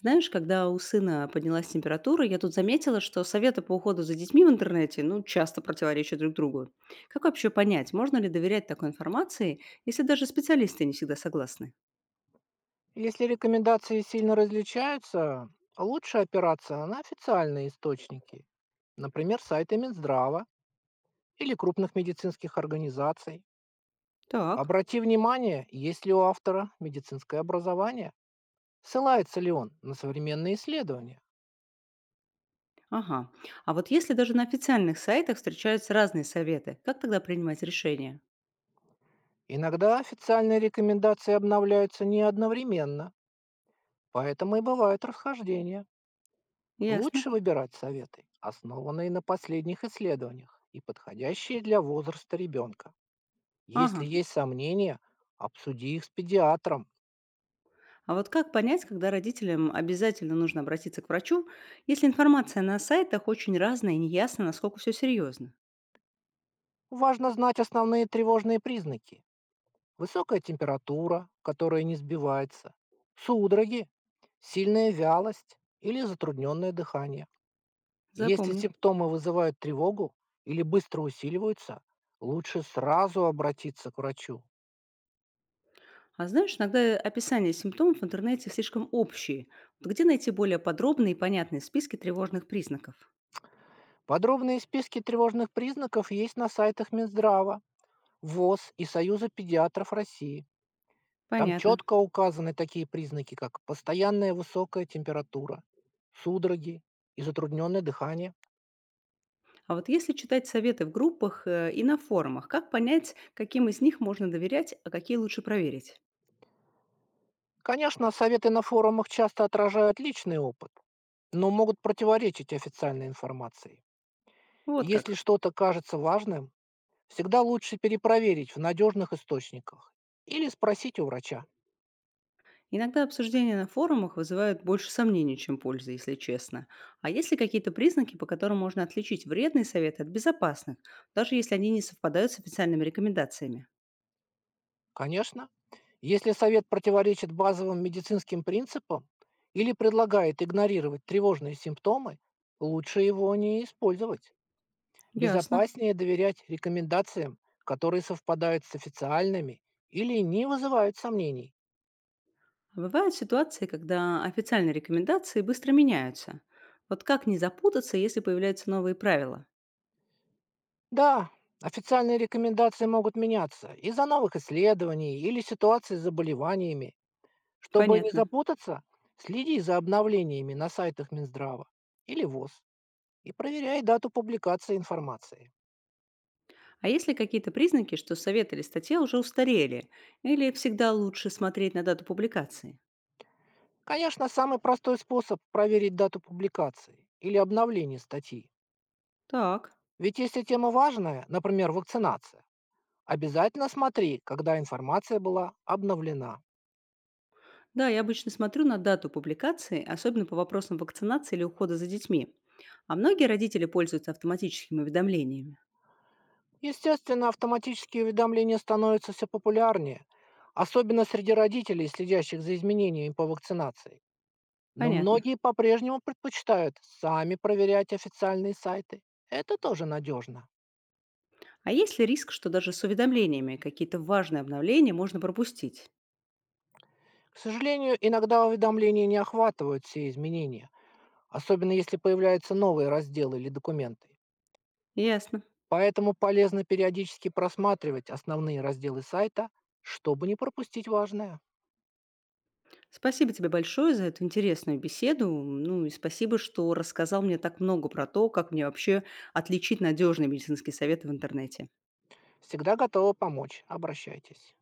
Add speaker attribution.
Speaker 1: Знаешь, когда у сына поднялась температура, я тут заметила, что советы по уходу за детьми в интернете, ну, часто противоречат друг другу. Как вообще понять, можно ли доверять такой информации, если даже специалисты не всегда согласны?
Speaker 2: Если рекомендации сильно различаются, лучше опираться на официальные источники, например, сайты Минздрава или крупных медицинских организаций.
Speaker 1: Так,
Speaker 2: Обрати внимание, есть ли у автора медицинское образование, ссылается ли он на современные исследования.
Speaker 1: ага. А вот если даже на официальных сайтах встречаются разные советы, как тогда принимать решение?
Speaker 2: Иногда официальные рекомендации обновляются не одновременно, поэтому и бывают расхождения.
Speaker 1: Ясно.
Speaker 2: Лучше выбирать советы, основанные на последних исследованиях и подходящие для возраста ребенка. Если
Speaker 1: Ага.
Speaker 2: есть сомнения, обсуди их с педиатром.
Speaker 1: А вот как понять, когда родителям обязательно нужно обратиться к врачу, если информация на сайтах очень разная и неясно, насколько все серьезно?
Speaker 2: Важно знать основные тревожные признаки. Высокая температура, которая не сбивается, судороги, сильная вялость или затрудненное дыхание. Если
Speaker 1: Запомню.
Speaker 2: симптомы вызывают тревогу или быстро усиливаются, лучше сразу обратиться к врачу.
Speaker 1: А знаешь, иногда описания симптомов в интернете слишком общие. Вот где найти более подробные и понятные списки тревожных признаков?
Speaker 2: Подробные списки тревожных признаков есть на сайтах Минздрава, ВОЗ и Союза педиатров России. Там
Speaker 1: Понятно.
Speaker 2: четко указаны такие признаки, как постоянная высокая температура, судороги и затрудненное дыхание.
Speaker 1: А вот если читать советы в группах и на форумах, как понять, каким из них можно доверять, а какие лучше проверить?
Speaker 2: Конечно, советы на форумах часто отражают личный опыт, но могут противоречить официальной информации.
Speaker 1: Вот
Speaker 2: Если
Speaker 1: как.
Speaker 2: что-то кажется важным, всегда лучше перепроверить в надежных источниках или спросить у врача.
Speaker 1: Иногда обсуждения на форумах вызывают больше сомнений, чем пользы, если честно. А есть ли какие-то признаки, по которым можно отличить вредные советы от безопасных, даже если они не совпадают с официальными рекомендациями?
Speaker 2: Конечно, если совет противоречит базовым медицинским принципам или предлагает игнорировать тревожные симптомы, лучше его не использовать.
Speaker 1: Ясно.
Speaker 2: Безопаснее доверять рекомендациям, которые совпадают с официальными или не вызывают сомнений.
Speaker 1: А бывают ситуации, когда официальные рекомендации быстро меняются. Вот как не запутаться, если появляются новые правила?
Speaker 2: Да, официальные рекомендации могут меняться из-за новых исследований или ситуации с заболеваниями. Чтобы не
Speaker 1: Понятно.
Speaker 2: запутаться, следи за обновлениями на сайтах Минздрава или ВОЗ и проверяй дату публикации информации.
Speaker 1: А есть ли какие-то признаки, что совет или статья уже устарели? Или всегда лучше смотреть на дату публикации?
Speaker 2: Конечно, самый простой способ проверить дату публикации или обновления статьи.
Speaker 1: Так.
Speaker 2: Ведь если тема важная, например, вакцинация, обязательно смотри, когда информация была обновлена.
Speaker 1: Да, я обычно смотрю на дату публикации, особенно по вопросам вакцинации или ухода за детьми. А многие родители пользуются автоматическими уведомлениями.
Speaker 2: Естественно, автоматические уведомления становятся все популярнее, особенно среди родителей, следящих за изменениями по вакцинации. Но
Speaker 1: Понятно.
Speaker 2: многие по-прежнему предпочитают сами проверять официальные сайты. Это тоже надежно.
Speaker 1: А есть ли риск, что даже с уведомлениями какие-то важные обновления можно пропустить?
Speaker 2: К сожалению, иногда уведомления не охватывают все изменения, особенно если появляются новые разделы или документы.
Speaker 1: Ясно.
Speaker 2: Поэтому полезно периодически просматривать основные разделы сайта, чтобы не пропустить важное.
Speaker 1: Спасибо тебе большое за эту интересную беседу. Ну и спасибо, что рассказал мне так много про то, как мне вообще отличить надежные медицинские советы в интернете.
Speaker 2: Всегда готова помочь. Обращайтесь.